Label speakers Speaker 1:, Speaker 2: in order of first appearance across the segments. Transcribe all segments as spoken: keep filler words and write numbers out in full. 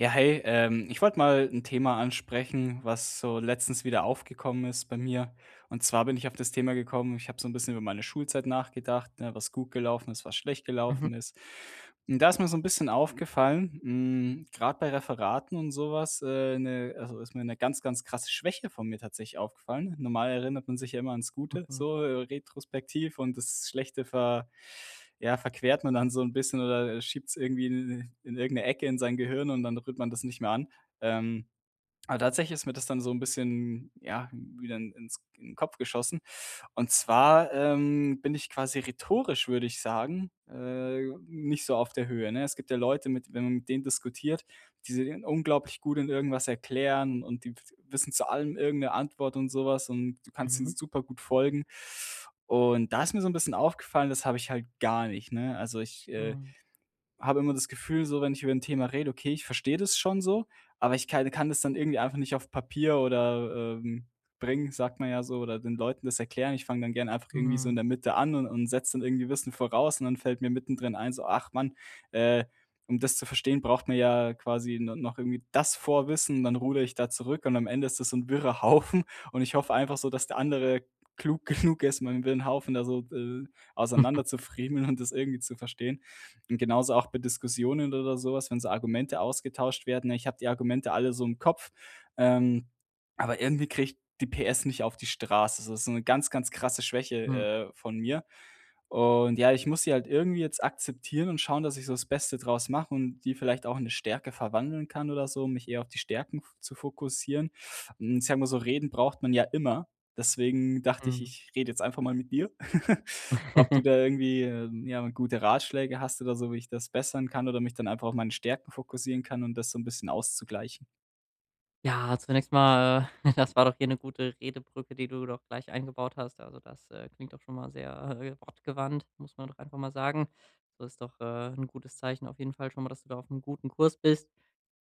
Speaker 1: Ja, hey, ähm, ich wollte mal ein Thema ansprechen, was so letztens wieder aufgekommen ist bei mir. Und zwar bin ich auf das Thema gekommen, ich habe so ein bisschen über meine Schulzeit nachgedacht, ne, was gut gelaufen ist, was schlecht
Speaker 2: Mhm,
Speaker 1: gelaufen ist. Und da ist mir so ein bisschen aufgefallen, gerade bei Referaten und sowas, äh, 'ne, also, ist mir eine ganz, ganz krasse Schwäche von mir tatsächlich aufgefallen. Normal erinnert man sich ja immer ans Gute,
Speaker 2: mhm,
Speaker 1: so, äh, retrospektiv, und das Schlechte ver ja, verquert man dann so ein bisschen oder schiebt es irgendwie in in irgend 'ne Ecke in sein Gehirn, und dann rührt man das nicht mehr an. Ähm aber tatsächlich ist mir das dann so ein bisschen, ja, wieder in ins in 'n Kopf geschossen. Und zwar, ähm, bin ich quasi rhetorisch, würde ich sagen, äh, nicht so auf der Höhe, ne? Es gibt ja Leute, mit wenn man mit denen diskutiert, die sind unglaublich gut in irgendwas erklären, und die wissen zu allem irgendeine Antwort und sowas, und du kannst ihnen
Speaker 2: mhm.
Speaker 1: super gut folgen. Und da ist mir so ein bisschen aufgefallen, das habe ich halt gar nicht, ne? Also, ich, äh
Speaker 2: Mhm,
Speaker 1: habe immer das Gefühl, so wenn ich über ein Thema rede, okay, ich verstehe das schon so, aber ich kann kann das dann irgendwie einfach nicht auf Papier oder, ähm, bringen, sagt man ja so, oder den Leuten das erklären. Ich fange dann gerne einfach irgendwie so in
Speaker 2: mhm.
Speaker 1: der Mitte an, und und setze dann irgendwie Wissen voraus, und dann fällt mir mittendrin ein, so: „Ach Mann, äh, um das zu verstehen, braucht man ja quasi no noch irgendwie das Vorwissen", dann rudere ich da zurück, und am Ende ist das so ein wirrer Haufen, und ich hoffe einfach so, dass der andere klug genug ist, meinen wirren Haufen da so, äh, auseinander zu friemeln und das irgendwie zu verstehen. Und genauso auch bei Diskussionen oder sowas, wenn so Argumente ausgetauscht werden. Ja, Ich habe die Argumente alle so im Kopf, ähm, aber irgendwie kriege ich die P S nicht auf die Straße. So, das ist so 'ne ganz, ganz krasse Schwäche,
Speaker 2: Mhm,
Speaker 1: äh, von mir. Und ja, ich muss sie halt irgendwie jetzt akzeptieren und schauen, dass ich so das Beste draus mache und die vielleicht auch in eine Stärke verwandeln kann oder so, um mich eher auf die Stärken f zu fokussieren. Hm, ich sage mal so, reden braucht man ja immer. Deswegen dachte ich,
Speaker 2: mhm.
Speaker 1: ich rede jetzt einfach mal mit dir, ob du da irgendwie, ähm, ja, gute Ratschläge hast oder so, wie ich das bessern kann oder mich dann einfach auf meine Stärken fokussieren kann, und das so ein bisschen auszugleichen.
Speaker 2: Ja, zunächst mal, äh, das war doch hier eine gute Redebrücke, die du doch gleich eingebaut hast. Also, das, äh, klingt doch schon mal sehr, äh, wortgewandt, muss man doch einfach mal sagen. So ist doch, äh, 'n gutes Zeichen auf jeden Fall schon mal, dass du da auf einem guten Kurs bist.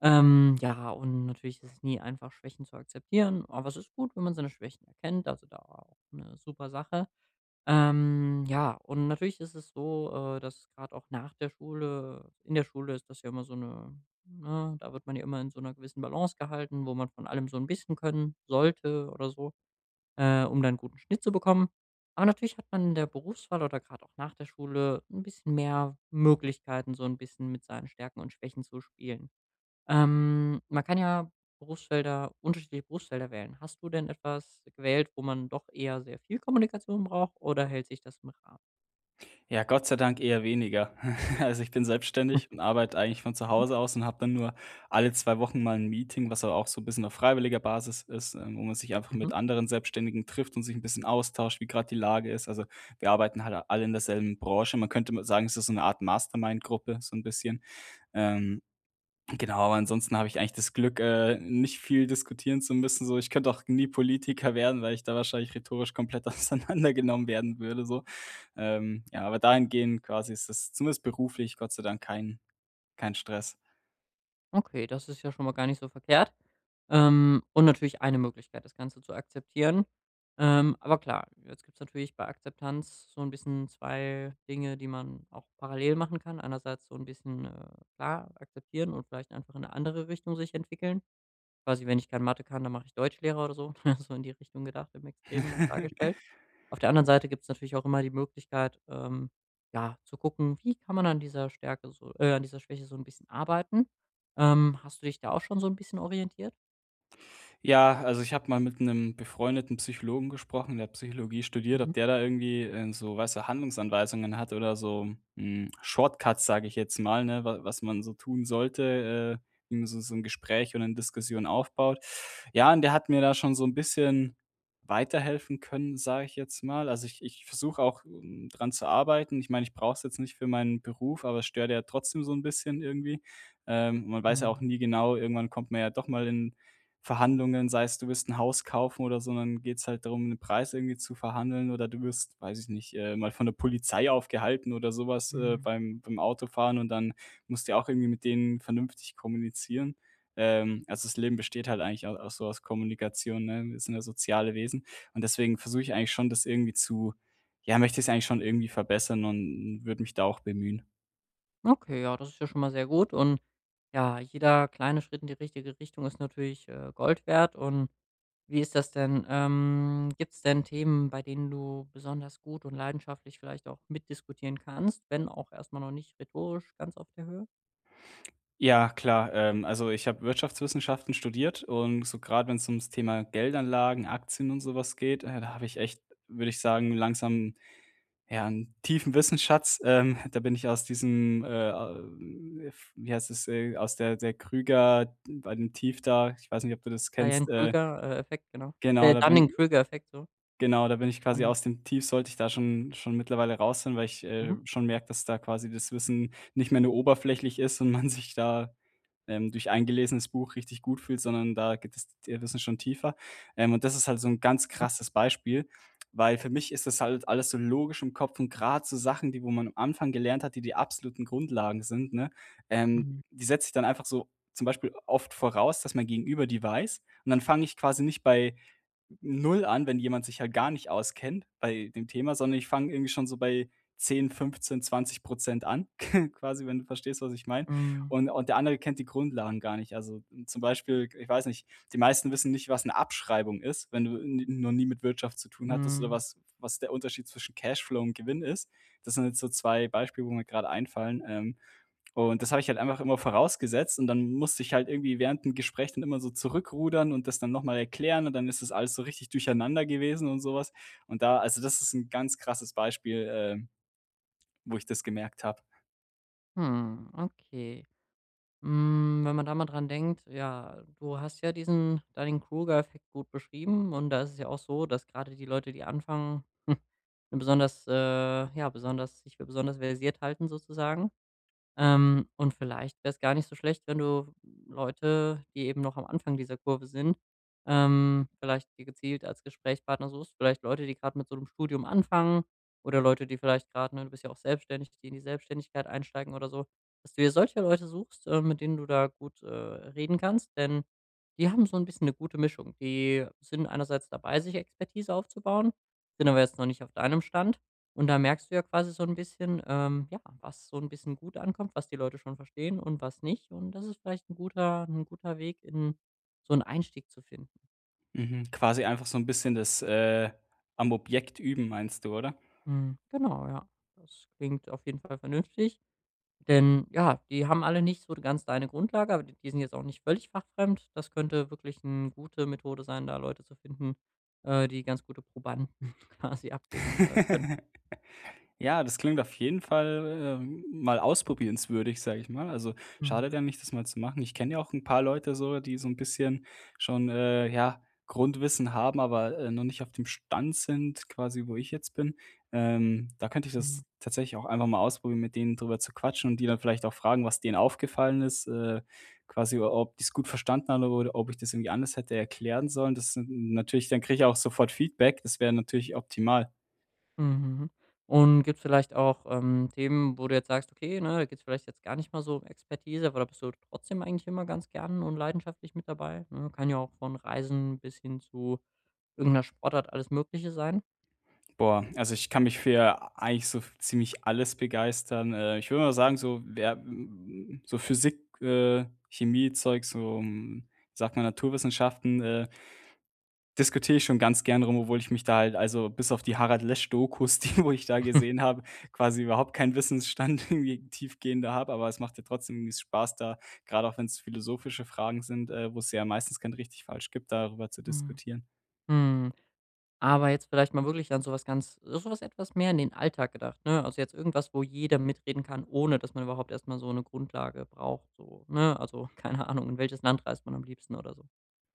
Speaker 2: Ähm, ja, und natürlich ist es nie einfach, Schwächen zu akzeptieren, aber es ist gut, wenn man seine Schwächen erkennt, also da auch eine super Sache. Ähm, ja, und natürlich ist es so, äh, dass gerade auch nach der Schule in der Schule ist das ja immer so eine, ne, da wird man ja immer in so einer gewissen Balance gehalten, wo man von allem so ein bisschen können sollte oder so, äh, um dann 'n guten Schnitt zu bekommen. Aber natürlich hat man in der Berufswahl oder gerade auch nach der Schule ein bisschen mehr Möglichkeiten, so ein bisschen mit seinen Stärken und Schwächen zu spielen. Ähm, man kann ja Berufsfelder unterschiedliche Berufsfelder wählen. Hast du denn etwas gewählt, wo man doch eher sehr viel Kommunikation braucht oder hält sich das im Rahmen?
Speaker 1: Ja, Gott sei Dank eher weniger. Also, ich bin selbstständig und arbeite eigentlich von zu
Speaker 2: Mhm,
Speaker 1: Hause aus und habe dann nur alle zwei Wochen mal ein Meeting, was aber auch so ein bisschen auf freiwilliger Basis ist, ähm, wo man sich einfach mit
Speaker 2: mhm.
Speaker 1: anderen Selbstständigen trifft und sich ein bisschen austauscht, wie gerade die Lage ist. Also, wir arbeiten halt alle in derselben Branche. Man könnte mal sagen, es ist so eine Art Mastermind-Gruppe, so ein bisschen. Ähm Genau, aber ansonsten habe ich eigentlich das Glück, äh, nicht viel diskutieren zu müssen, so. Ich könnte auch nie Politiker werden, weil ich da wahrscheinlich rhetorisch komplett auseinandergenommen werden würde so. Ähm, ja, aber dahingehend quasi ist das zumindest beruflich Gott sei Dank kein kein Stress.
Speaker 2: Okay, das ist ja schon mal gar nicht so verkehrt. Ähm, und natürlich eine Möglichkeit, das Ganze zu akzeptieren. Ähm, aber klar, jetzt gibt es natürlich bei Akzeptanz so ein bisschen zwei Dinge, die man auch parallel machen kann. Einerseits so ein bisschen äh, klar akzeptieren und vielleicht einfach in eine andere Richtung sich entwickeln. Quasi, wenn ich keine Mathe kann, dann mache ich Deutschlehrer oder so, so in die Richtung gedacht, im Extremen mal dargestellt. Auf der anderen Seite gibt es natürlich auch immer die Möglichkeit, ähm, ja, zu gucken, wie kann man an dieser Stärke so äh, an dieser Schwäche so ein bisschen arbeiten. Ähm, hast du dich da auch schon so ein bisschen orientiert?
Speaker 1: Ja, also ich habe mal mit einem befreundeten Psychologen gesprochen, der Psychologie studiert,
Speaker 2: Mhm.
Speaker 1: ob der da irgendwie, äh, so, weißt du, Handlungsanweisungen hat oder so, hm, Shortcuts, sage ich jetzt mal, ne, wa was man so tun sollte, äh, wie man so so 'n Gespräch und eine Diskussion aufbaut. Ja, und der hat mir da schon so ein bisschen weiterhelfen können, sage ich jetzt mal. Also, ich ich versuche auch, hm, dran zu arbeiten. Ich meine, ich brauche es jetzt nicht für meinen Beruf, aber es stört ja trotzdem so ein bisschen irgendwie. Ähm, man weiß ja auch
Speaker 2: Mhm,
Speaker 1: nie genau, irgendwann kommt man ja doch mal in Verhandlungen, sei es, du willst ein Haus kaufen oder so, und dann geht's halt darum, den Preis irgendwie zu verhandeln, oder du wirst, weiß ich nicht, äh, mal von der Polizei aufgehalten oder sowas, äh,
Speaker 2: mhm.
Speaker 1: beim beim Autofahren, und dann musst du ja auch irgendwie mit denen vernünftig kommunizieren. Ähm, also, das Leben besteht halt eigentlich au auch so aus Kommunikation, ne? Wir sind ja soziale Wesen, und deswegen versuche ich eigentlich schon, das irgendwie zu — ja, möchte ich es eigentlich schon irgendwie verbessern und würde mich da auch bemühen.
Speaker 2: Okay, ja, das ist ja schon mal sehr gut und ja, jeder kleine Schritt in die richtige Richtung ist natürlich, äh, Gold wert und wie ist das denn? Ähm, Gibt es denn Themen, bei denen du besonders gut und leidenschaftlich vielleicht auch mitdiskutieren kannst, wenn auch erstmal noch nicht rhetorisch ganz auf der Höhe?
Speaker 1: Ja, klar. Ähm, also ich habe Wirtschaftswissenschaften studiert, und so, gerade wenn es ums Thema Geldanlagen, Aktien und sowas geht, äh, da habe ich echt, würde ich sagen, langsam, ja, einen tiefen Wissensschatz. Ähm, da bin ich aus diesem, äh, äh, f wie heißt es, äh, aus der der Krüger bei dem Tief da, ich weiß nicht, ob du das
Speaker 2: Diane
Speaker 1: kennst, äh
Speaker 2: Krüger äh, Effekt, genau.
Speaker 1: genau,
Speaker 2: Äh,
Speaker 1: da
Speaker 2: Dunning
Speaker 1: bin
Speaker 2: Krüger Effekt, so.
Speaker 1: genau, da bin ich quasi
Speaker 2: Dunning.
Speaker 1: aus dem Tief, sollte ich da schon schon mittlerweile raus sein, weil ich, äh,
Speaker 2: Mhm.
Speaker 1: schon merke, dass da quasi das Wissen nicht mehr nur oberflächlich ist und man sich da, ähm, durch ein gelesenes Buch richtig gut fühlt, sondern da geht das t Wissen schon tiefer. Ähm, und das ist halt so ein ganz
Speaker 2: Mhm.
Speaker 1: krasses Beispiel, weil für mich ist das halt alles so logisch im Kopf, und gerade so Sachen, die wo man am Anfang gelernt hat, die die absoluten Grundlagen sind, ne, ähm,
Speaker 2: Mhm.
Speaker 1: die setze ich dann einfach so zum Beispiel oft voraus, dass mein Gegenüber die weiß, und dann fange ich quasi nicht bei null an, wenn jemand sich halt gar nicht auskennt bei dem Thema, sondern ich fange irgendwie schon so bei zehn, fünfzehn, zwanzig Prozent an, quasi, wenn du verstehst, was ich meine.
Speaker 2: Mhm.
Speaker 1: Und und der andere kennt die Grundlagen gar nicht. Also, m, zum Beispiel, ich weiß nicht, die meisten wissen nicht, was eine Abschreibung ist, wenn du n noch nie mit Wirtschaft zu tun hattest, oder
Speaker 2: Mhm.
Speaker 1: was was der Unterschied zwischen Cashflow und Gewinn ist. Das sind jetzt so zwei Beispiele, wo mir gerade einfallen, ähm, und das habe ich halt einfach immer vorausgesetzt, und dann musste ich halt irgendwie während 'm Gespräch dann immer so zurückrudern und das dann noch mal erklären, und dann ist das alles so richtig durcheinander gewesen und sowas. Und da, also, das ist ein ganz krasses Beispiel, ähm, wo ich das gemerkt habe.
Speaker 2: Hm, okay. Hm, wenn man da mal dran denkt, ja, du hast ja diesen Dunning-Kruger-Effekt gut beschrieben und da ist es ja auch so, dass gerade die Leute, die anfangen, 'ne besonders äh, ja, besonders sich für besonders versiert halten sozusagen, ähm, und vielleicht wäre es gar nicht so schlecht, wenn du Leute, die eben noch am Anfang dieser Kurve sind, ähm, vielleicht dir gezielt als Gesprächspartner suchst. Vielleicht Leute, die gerade mit so einem Studium anfangen oder Leute, die vielleicht gerade, ne, du bist ja auch selbstständig, die in die Selbstständigkeit einsteigen oder so, dass du dir solche Leute suchst, äh, mit denen du da gut, äh, reden kannst, denn die haben so ein bisschen eine gute Mischung. Die sind einerseits dabei, sich Expertise aufzubauen, sind aber jetzt noch nicht auf deinem Stand und da merkst du ja quasi so ein bisschen, ähm, ja, was so ein bisschen gut ankommt, was die Leute schon verstehen und was nicht. Und das ist vielleicht ein guter ein guter Weg, in so einen Einstieg zu finden.
Speaker 1: Mhm, quasi einfach so ein bisschen das, äh, am Objekt üben, meinst du, oder?
Speaker 2: Mhm, genau, ja. Das klingt auf jeden Fall vernünftig, denn ja, die haben alle nicht so ganz deine Grundlage, aber die die sind jetzt auch nicht völlig fachfremd. Das könnte wirklich eine gute Methode sein, da Leute zu finden, äh, die ganz gute Probanden quasi abgeben, äh, können.
Speaker 1: Ja, das klingt auf jeden Fall, ähm, mal ausprobierenswürdig, sage ich mal. Also,
Speaker 2: Mhm.
Speaker 1: schadet ja nicht, das mal zu machen. Ich kenne ja auch ein paar Leute so, die so ein bisschen schon, äh, ja, Grundwissen haben, aber, äh, noch nicht auf dem Stand sind quasi, wo ich jetzt bin. Ähm, da könnte ich das
Speaker 2: Mhm.
Speaker 1: tatsächlich auch einfach mal ausprobieren, mit denen drüber zu quatschen und die dann vielleicht auch fragen, was denen aufgefallen ist, äh, quasi ob die's gut verstanden haben oder ob ich das irgendwie anders hätte erklären sollen. Das sind natürlich dann kriege ich auch sofort Feedback. Das wäre natürlich optimal.
Speaker 2: Mhm. Und gibt es vielleicht auch, ähm, Themen, wo du jetzt sagst: „Okay, ne, da geht's vielleicht jetzt gar nicht mal so um Expertise“, aber da bist du trotzdem eigentlich immer ganz gern und leidenschaftlich mit dabei, ne? Kann ja auch von Reisen bis hin zu irgendeiner Sportart alles Mögliche sein.
Speaker 1: Boah, also ich kann mich für eigentlich so ziemlich alles begeistern. Äh, ich würde mal sagen, so, wär hm, so Physik, äh, Chemie-Zeug, so, hm, sagt man, Naturwissenschaften, äh, diskutiere ich schon ganz gern rum, obwohl ich mich da halt, also bis auf die Harald Lesch-Dokus, die wo ich da gesehen habe, quasi überhaupt keinen Wissensstand irgendwie tiefgehender habe, aber es macht ja trotzdem irgendwie Spaß, da, gerade auch wenn es philosophische Fragen sind, äh, wo es ja meistens kein richtig falsch gibt, darüber zu
Speaker 2: Mhm.
Speaker 1: diskutieren.
Speaker 2: Mhm. Aber jetzt vielleicht mal wirklich an so was ganz so was etwas mehr in den Alltag gedacht, ne? Also, jetzt irgendwas, wo jeder mitreden kann, ohne dass man überhaupt erst mal so eine Grundlage braucht so, ne? Also, keine Ahnung, in welches Land reist man am liebsten oder so?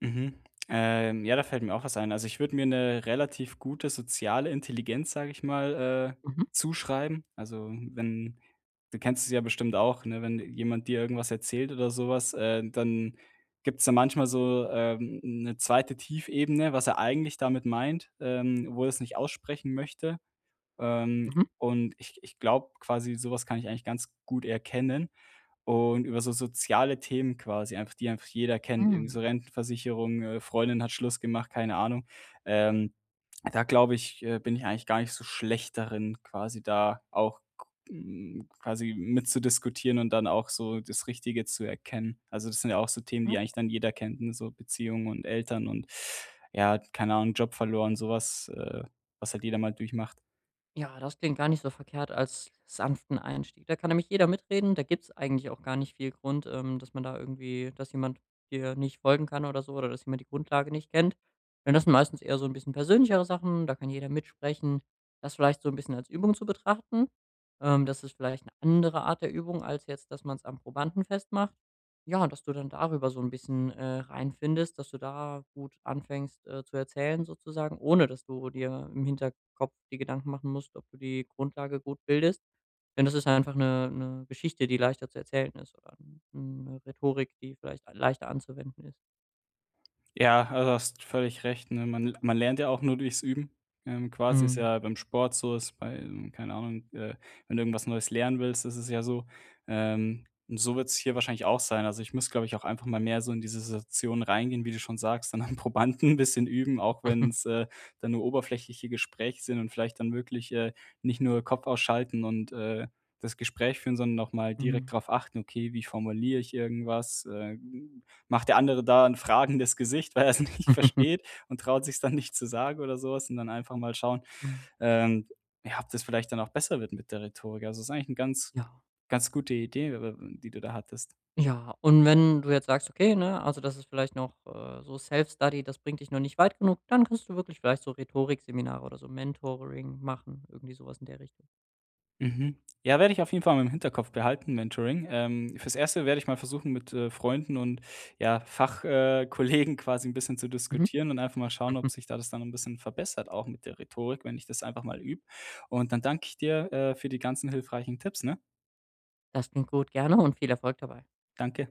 Speaker 1: Mhm. Ähm, ja, da fällt mir auch was ein. Also, ich würde mir eine relativ gute soziale Intelligenz, sage ich mal, äh,
Speaker 2: Mhm.
Speaker 1: zuschreiben. Also, wenn du kennst es ja bestimmt auch, ne, wenn jemand dir irgendwas erzählt oder sowas, was, äh, dann gibt's da manchmal so, ähm, 'ne zweite. Tiefebene, was er eigentlich damit meint, ähm, obwohl er es nicht aussprechen möchte. Ähm,
Speaker 2: Mhm.
Speaker 1: und ich ich glaube quasi, sowas kann ich eigentlich ganz gut erkennen, und über so soziale Themen quasi, einfach die einfach jeder kennt, irgendwie so Rentenversicherung, äh, Freundin hat Schluss gemacht, keine Ahnung. Ähm, da glaube ich, äh, bin ich eigentlich gar nicht so schlecht darin, quasi da auch k hm, quasi mitzudiskutieren und dann auch so das Richtige zu erkennen. Also, das sind ja auch so Themen,
Speaker 2: Hm.
Speaker 1: die eigentlich dann jeder kennt, ne, so Beziehungen und Eltern und, ja, keine Ahnung, Job verloren, sowas, äh, was halt jeder mal durchmacht.
Speaker 2: Ja, das klingt gar nicht so verkehrt als sanften Einstieg. Da kann nämlich jeder mitreden. Da gibt's eigentlich auch gar nicht viel Grund, ähm, dass man da irgendwie dass jemand dir nicht folgen kann oder so oder dass jemand die Grundlage nicht kennt. Denn das sind meistens eher so ein bisschen persönlichere Sachen, da kann jeder mitsprechen. Das vielleicht so ein bisschen als Übung zu betrachten. Ähm, das ist vielleicht eine andere Art der Übung, als jetzt, dass man es am Probanden festmacht. Ja, dass du dann darüber so ein bisschen, äh, reinfindest, dass du da gut anfängst, äh, zu erzählen sozusagen, ohne dass du dir im Hinterkopf die Gedanken machen musst, ob du die Grundlage gut bildest. Denn das ist einfach eine eine Geschichte, die leichter zu erzählen ist oder 'n 'ne Rhetorik, die vielleicht leichter anzuwenden ist.
Speaker 1: Ja, also hast völlig recht, ne? Man man lernt ja auch nur durchs Üben. Ähm, quasi ist
Speaker 2: Mhm.
Speaker 1: ja beim Sport so, ist bei, ähm, keine Ahnung, äh, wenn du irgendwas Neues lernen willst, ist es ja so. Ähm, und so wird es hier wahrscheinlich auch sein. Also, ich muss, glaube ich, auch einfach mal mehr so in diese Situation reingehen, wie du schon sagst, dann am Probanden ein bisschen üben, auch
Speaker 2: Mhm.
Speaker 1: wenn's, äh, dann nur oberflächliche Gespräche sind, und vielleicht dann wirklich, äh, nicht nur Kopf ausschalten und, äh, das Gespräch führen, sondern auch mal direkt
Speaker 2: Mhm.
Speaker 1: drauf achten: „Okay, wie formuliere ich irgendwas?" Äh macht der andere da 'n fragendes Gesicht, weil er es nicht versteht und traut sich dann nicht zu sagen oder sowas, und dann einfach mal schauen, ähm, ja, ob das vielleicht dann auch besser wird mit der Rhetorik. Also, ist eigentlich 'n ganz,
Speaker 2: Ja.
Speaker 1: ganz gute Idee, äh, die du da hattest.
Speaker 2: Ja, und wenn du jetzt sagst: „Okay, ne, also das ist vielleicht noch, äh, so Self-Study, das bringt dich noch nicht weit genug“, dann kannst du wirklich vielleicht so Rhetorikseminare oder so Mentoring machen, irgendwie sowas in der Richtung.
Speaker 1: Mhm. Ja, werde ich auf jeden Fall mal im Hinterkopf behalten, Mentoring. Ähm, fürs Erste werde ich mal versuchen, mit, äh, Freunden und, ja, Fach äh, Kollegen quasi 'n bisschen zu
Speaker 2: Mhm.
Speaker 1: diskutieren und einfach mal schauen, ob sich da das dann 'n bisschen verbessert, auch mit der Rhetorik, wenn ich das einfach mal übe. Und dann danke ich dir, äh, für die ganzen hilfreichen Tipps, ne?
Speaker 2: Das klingt gut, gerne und viel Erfolg dabei.
Speaker 1: Danke.